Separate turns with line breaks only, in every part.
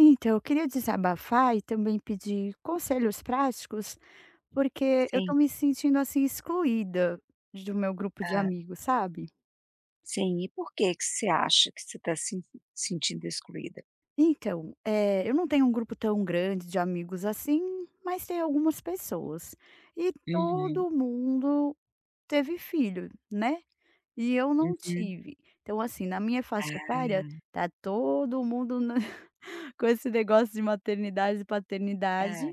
Então, eu queria desabafar e também pedir conselhos práticos, porque eu
Sim,
tô me sentindo assim excluída do meu grupo de
tá.
amigos, sabe?
Sim, e por que que você acha que você está se sentindo excluída?
Então, eu não tenho um grupo tão grande de amigos assim, mas tem algumas pessoas. E
Uhum,
todo mundo teve filho, né? E eu não
uhum.
tive. Então, assim, na minha faixa etária, tá todo mundo na- com esse negócio de maternidade e
É,
paternidade.
é,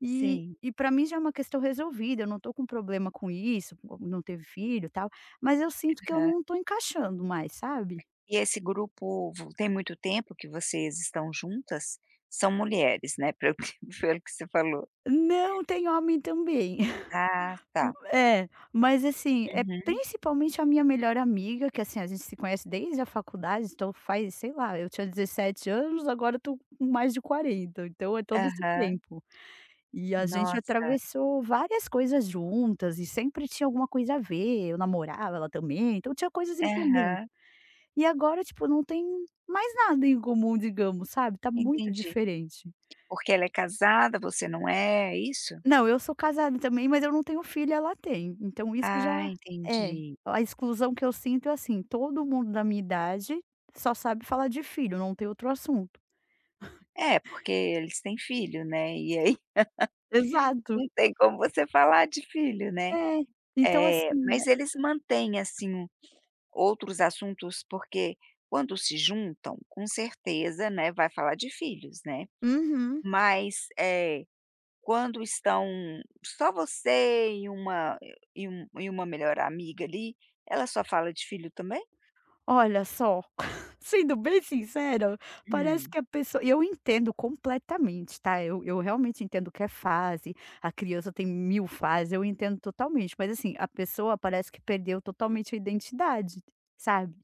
E
sim,
e pra mim já é uma questão resolvida, eu não tô com problema com isso, com não teve filho, e tal, mas eu sinto que eu
aham.
não tô encaixando mais, sabe.
E esse grupo vo tem muito tempo que vocês estão juntas? São mulheres, né, pelo que pelo que você falou.
Não, tem homem também.
Ah, tá.
É, mas assim, é
Uhum.
principalmente a minha melhor amiga, que assim, a gente se conhece desde a faculdade, então faz, sei lá, eu tinha 17 anos, agora eu tô com mais de 40, então é todo esse
Aham.
tempo. E a gente
Nossa.
atravessou várias coisas juntas e sempre tinha alguma coisa a ver, eu namorava, ela também, então tinha coisas em comum.
Aham,
E agora, tipo, não tem mais nada em comum, digamos, sabe, tá muito
entendi.
diferente.
Porque ela é casada, você não é, é isso?
Não, eu sou casada também, mas eu não tenho filho, ela tem, então isso
Ah,
já é,
entendi.
a exclusão que eu sinto é assim, todo mundo da minha idade só sabe falar de filho, não tem outro assunto.
É, porque eles têm filho, né, e
Sim.
aí
Exato.
não tem como você falar de filho, né.
É, então
Eh,
assim, é
mas eles mantêm, assim, outros assuntos, porque quando se juntam, com certeza, né, vai falar de filhos, né.
uhum.
Mas, quando estão só você e um e uma melhor amiga ali, ela só fala de filho também?
Olha só, sendo bem sincera, parece
Hum,
que a pessoa e eu entendo completamente, tá, eu realmente entendo que é fase, a criança tem 1.000 fases, eu entendo totalmente, mas assim, a pessoa parece que perdeu totalmente a identidade, sabe.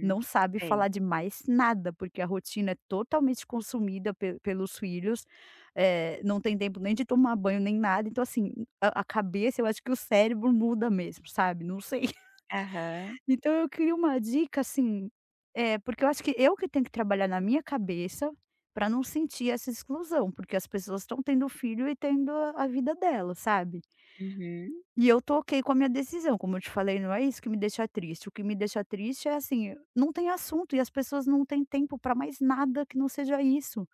Não sabe
sei.
falar de mais nada, porque a rotina é totalmente consumida pe pelos filhos, não tem tempo nem de tomar banho nem nada, então assim, a cabeça eu acho que o cérebro muda mesmo, sabe, não sei.
Aham,
Então eu queria uma dica, assim, é porque eu acho que eu que tenho que trabalhar na minha cabeça para não sentir essa exclusão, porque as pessoas estão tendo filho e tendo a vida delas, sabe.
uhum.
E eu tô ok com a minha decisão, como eu te falei, não é isso que me deixa triste, o que me deixa triste é, assim, não tem assunto e as pessoas não têm tempo para mais nada que não seja isso.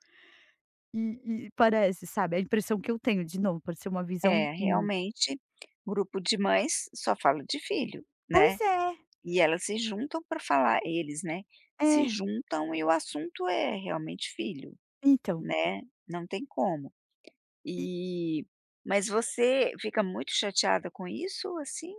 E parece, sabe, a impressão que eu tenho, de novo, pode ser uma visão
É,
minha.
realmente, grupo de mães só fala de filho,
Pois
né.
é,
E elas se juntam para falar eles, né, se
é,
juntam e o assunto é realmente filho,
então.
né, não tem como.
E
E mas você fica muito chateada com isso, assim?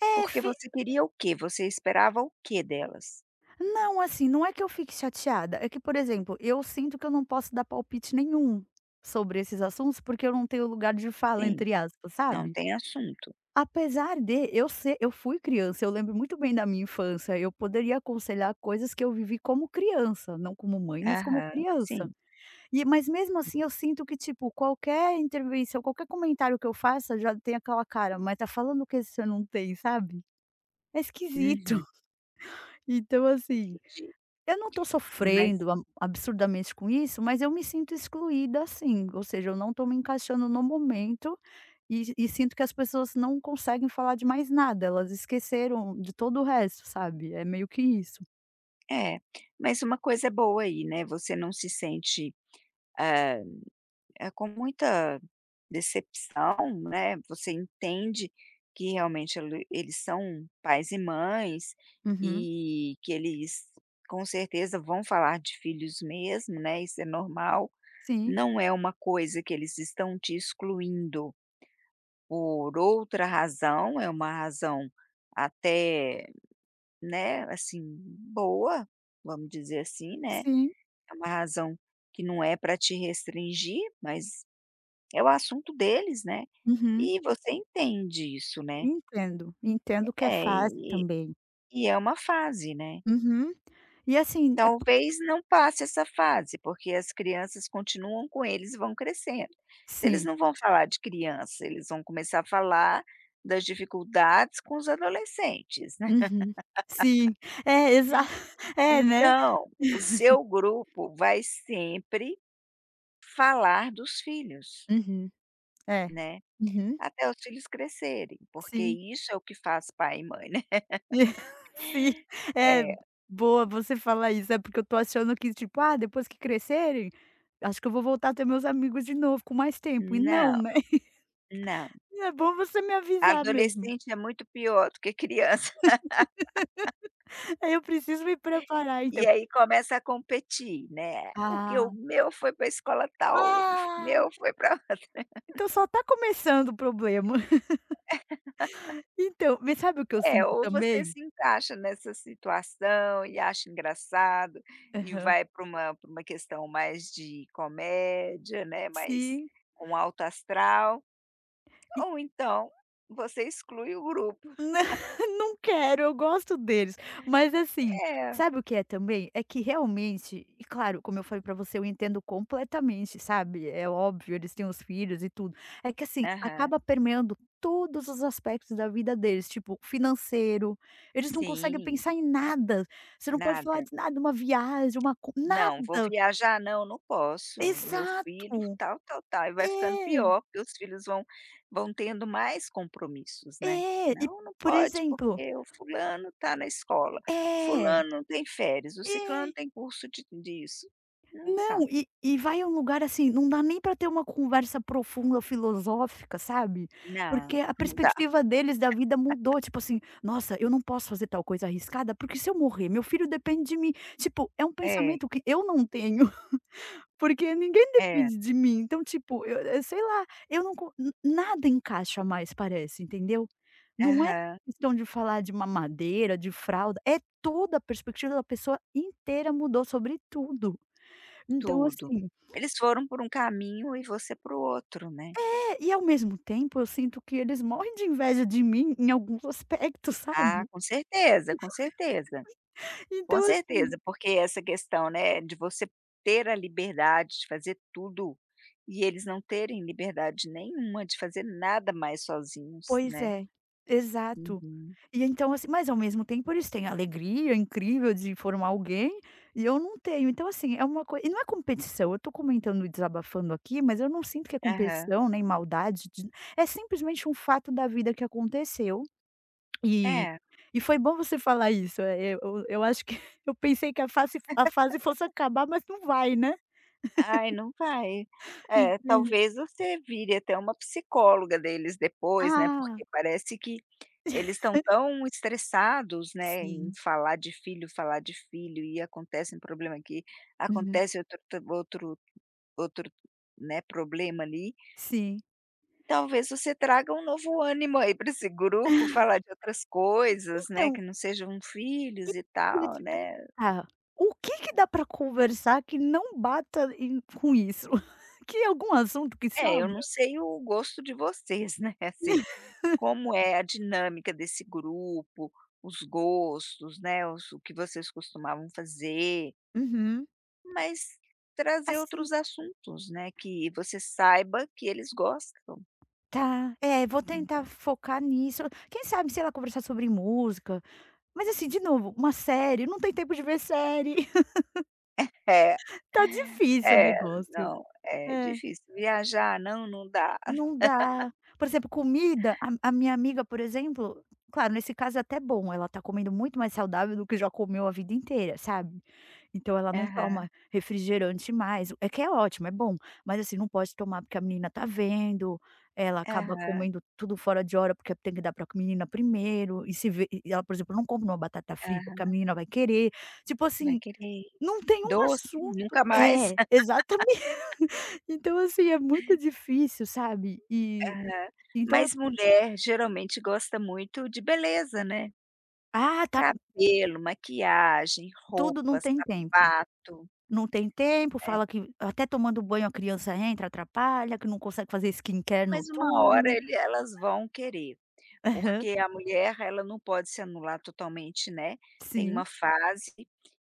é,
Porque
fi
você queria o quê? Você esperava o quê delas?
Não, assim, não é que eu fique chateada, é que, por exemplo, eu sinto que eu não posso dar palpite nenhum sobre esses assuntos, porque eu não tenho lugar de fala,
Sim,
entre aspas,
não
sabe.
tem assunto.
Apesar de eu ser eu fui criança, eu lembro muito bem da minha infância, eu poderia aconselhar coisas que eu vivi como criança, não como mãe, mas como
Aham,
criança.
sim.
E mas mesmo assim eu sinto que, tipo, qualquer intervenção, qualquer comentário que eu faça já tem aquela cara: "Mas tá falando o que você não tem", sabe. É esquisito.
Uhum,
Então assim
entendi.
eu não estou
Mas
sofrendo a absurdamente com isso, mas eu me sinto excluída assim. Ou seja, eu não estou me encaixando no momento e sinto que as pessoas não conseguem falar de mais nada, elas esqueceram de todo o resto, sabe, é meio que isso.
é, mas uma coisa é boa aí, né, você não se sente, ah, com muita decepção, né, você entende que realmente eles são pais e mães,
Uhum.
e que eles com certeza vão falar de filhos mesmo, né, isso é normal,
Sim,
não é uma coisa que eles estão te excluindo por outra razão, é uma razão até, né, assim, boa, vamos dizer assim, né,
sim.
é uma razão que não é para te restringir, mas é o assunto deles, né,
Uhum.
e você, uhum. entende isso, né.
Entendo, entendo que é
É,
fase
e
também.
e é uma fase, né.
Uhum. E assim, é p
Talvez não passe essa fase, porque as crianças continuam com eles e vão crescendo. Eles
sim.
não vão falar de criança, eles vão começar a falar das dificuldades com os adolescentes, né.
Uhum. Sim. É, exa é, né.
Então, o seu grupo vai sempre falar dos filhos,
Uhum. É.
né,
Uhum.
até os filhos crescerem, porque
Sim.
isso é o que faz pai e mãe, né.
Sim, é
É.
boa você falar isso, é porque eu tô achando que tipo: "Ah, depois que crescerem, acho que eu vou voltar a ter meus amigos de novo com mais tempo", e não,
não
né.
Não,
É bom você me avisar mesmo.
adolescente é muito pior do que criança.
Aí eu preciso me preparar
E
então.
aí começa a competir, né, porque
Ah,
o meu foi para a escola tal, o
ah,
meu foi para
então só tá começando o problema. Então, mas sabe o que eu
é,
sinto
ou você
também?
se encaixa nessa situação e acha engraçado e
Aham.
vai para uma questão mais de comédia, né, mais
Sim.
com alto astral, ou então você exclui o grupo.
Não não quero, eu gosto deles. Mas assim,
É.
sabe o que é também? É que realmente e claro, como eu falei pra você, eu entendo completamente, sabe, é óbvio, eles têm os filhos e tudo. É que assim,
Aham.
acaba permeando todos os aspectos da vida deles, tipo, financeiro, eles não conseguem
Sim,
pensar em nada, você não pode falar
nada.
de nada, uma viagem, uma co
Não, vou
nada.
viajar não, não posso, meu filho
Exato.
tal, tal, tal, e vai ficando
É,
pior, porque os filhos vão tendo mais compromissos, né.
é. E,
"Não, não
por
pode
exemplo
porque o fulano está na escola,
é,
fulano não tem férias, o ciclano
é.
tem curso de disso". Não dá.
Não, e vai a um lugar assim, não dá nem para ter uma conversa profunda filosófica, sabe, porque
Não,
a
não dá.
perspectiva deles da vida mudou, tipo assim: "Nossa, eu não posso fazer tal coisa arriscada, porque se eu morrer, meu filho depende de mim". Tipo, é um
É,
pensamento que eu não tenho, porque ninguém
é.
depende de mim, então tipo, eu sei lá, eu não co n nada encaixa mais parece, entendeu. Não é
Aham,
questão de falar de mamadeira, de fralda, é toda a perspectiva da pessoa inteira mudou sobre tudo. Então
tudo.
assim
Eles foram por um caminho e você para o outro, né.
e ao mesmo tempo eu sinto que eles morrem de inveja de mim em alguns aspectos,
Ah,
sabe.
com certeza, com certeza. Com
Então assim
certeza, porque essa questão, né, de você ter a liberdade de fazer tudo e eles não terem liberdade nenhuma de fazer nada mais sozinhos,
pois
né.
é, exato.
Uhum.
E então assim mas ao mesmo tempo eles têm a alegria incrível de formar alguém, e eu não tenho. Então assim, é uma coisa e não é competição, eu tô comentando e desabafando aqui, mas eu não sinto que é
Aham.
competição, nem maldade de é simplesmente um fato da vida que aconteceu, e
É.
e foi bom você falar isso, eu acho que eu pensei que a fase fosse acabar, mas não vai, né.
Ai, não vai. É,
E-
talvez você vire até uma psicóloga deles depois, né,
Ah,
porque parece que eles estão tão estressados, né, em
sim.
falar de filho e acontece um problema aqui,
Uhum.
acontece outro outro, né, problema ali.
Sim.
Talvez você traga um novo ânimo aí para esse grupo, falar de outras coisas, né,
Então,
que não sejam filhos e
eu ia
tal,
te
né.
perguntar, o que que dá pra conversar que não bata em com isso? Que é algum assunto que
É, eu não
sobra?
sei o gosto de vocês, né, assim, como é a dinâmica desse grupo, os gostos, né, os o que vocês costumavam fazer,
Uhum.
mas trazer
Assim,
outros assuntos, né, que você saiba que eles gostam.
tá, é, vou
Né.
tentar focar nisso. Quem sabe, sei lá, conversar sobre música, mas assim, de novo, uma série, não tem tempo de ver série.
É.
Tá difícil o
É,
negócio.
não, é
É.
difícil. Viajar, não, não dá.
Não dá. Por exemplo, comida, a minha amiga, por exemplo, claro, nesse caso é até bom, ela tá comendo muito mais saudável do que já comeu a vida inteira, sabe. Então ela não
Aham,
toma refrigerante mais, é que é ótimo, é bom, mas assim, não pode tomar porque a menina tá vendo, ela acaba
aham.
comendo tudo fora de hora, porque tem que dar pra menina primeiro, e se vê e ela, por exemplo, não compra uma batata frita, porque a
Aham,
menina vai querer. Tipo
vai
assim,
querer.
não tem um
Doce,
assunto
nunca mais.
é, exatamente. Então assim, é muito difícil, sabe. E
Aham.
então eu
Mas mulher geralmente gosta muito de beleza, né.
ah, tá
Cabelo, maquiagem,
tudo não
roupa,
tem tempo.
sapato,
Não tem tempo,
né.
fala que até tomando banho a criança entra, atrapalha, que não consegue fazer skincare
Mas uma hora
noturno.
ele elas vão querer,
Aham.
porque a mulher ela não pode se anular totalmente, né. Tem uma
Sim.
fase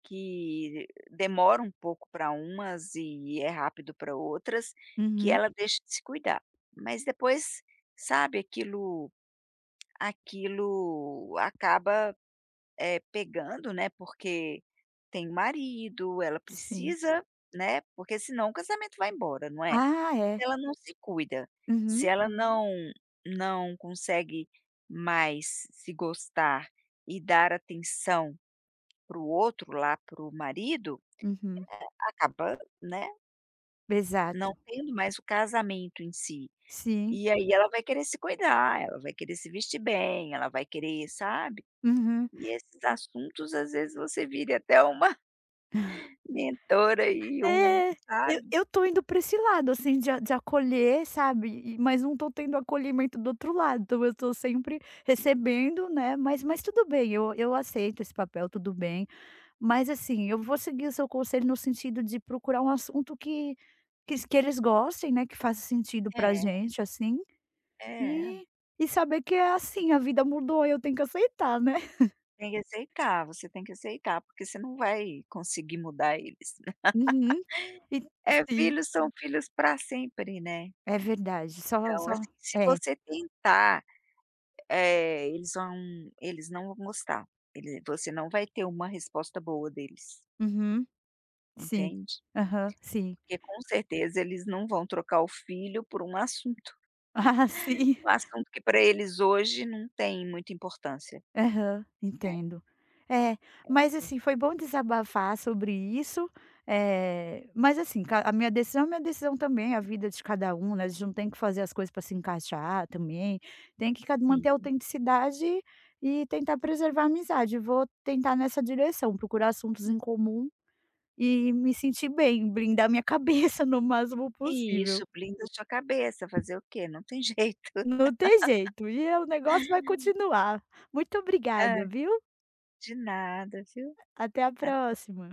que demora um pouco para umas e é rápido para outras, que
Uhum.
ela deixa de se cuidar. Mas depois, sabe, aquilo acaba, pegando, né, porque tem marido, ela
Sim.
precisa, né, porque senão o casamento vai embora, não é?
Ah, é.
Se ela não se cuida, se
Uhum,
ela não consegue mais se gostar e dar atenção para o outro lá, para o marido,
uhum.
acaba, né, não
Exato.
tendo mais o casamento em si.
Sim.
E aí ela vai querer se cuidar, ela vai querer se vestir bem, ela vai querer, sabe?
Uhum.
E esses assuntos, às vezes, você vira até uma mentora e um
É, eu
sabe?
eu tô indo pra esse lado, assim, de a de acolher, sabe, e mas não tô tendo acolhimento do outro lado, então eu tô sempre recebendo, né, mas tudo bem, eu aceito esse papel, tudo bem. Mas assim, eu vou seguir o seu conselho no sentido de procurar um assunto que eles gostem, né, que faça sentido pra
É,
gente, assim,
é.
e e saber que é assim, a vida mudou e eu tenho que aceitar, né.
Tem que aceitar, você tem que aceitar, porque você não vai conseguir mudar eles, né.
Uhum. E
É,
sim,
filhos são filhos para sempre, né.
é verdade, só
Então,
só
assim, se
é.
você tentar, eh, eles vão eles não vão gostar. Ele você não vai ter uma resposta boa deles,
Uhum. Sim.
entende?
Aham, sim.
Porque, com certeza, eles não vão trocar o filho por um assunto.
Ah, sim.
Um assunto que para eles hoje não tem muita importância.
Aham, entendo. É, mas assim, foi bom desabafar sobre isso, mas assim, ca a minha decisão é minha decisão também, é a vida de cada um, né, a gente não tem que fazer as coisas para se encaixar também, tem que ca manter a
Sim.
autenticidade e tentar preservar a amizade. Vou tentar nessa direção, procurar assuntos em comum e me sentir bem, brindar minha cabeça no máximo possível.
Isso, blinda a sua cabeça, fazer o quê? Não tem jeito.
Não tem jeito, e o negócio vai continuar. Muito obrigada,
Hã.
viu?
De nada, viu.
Até a
Até.
próxima.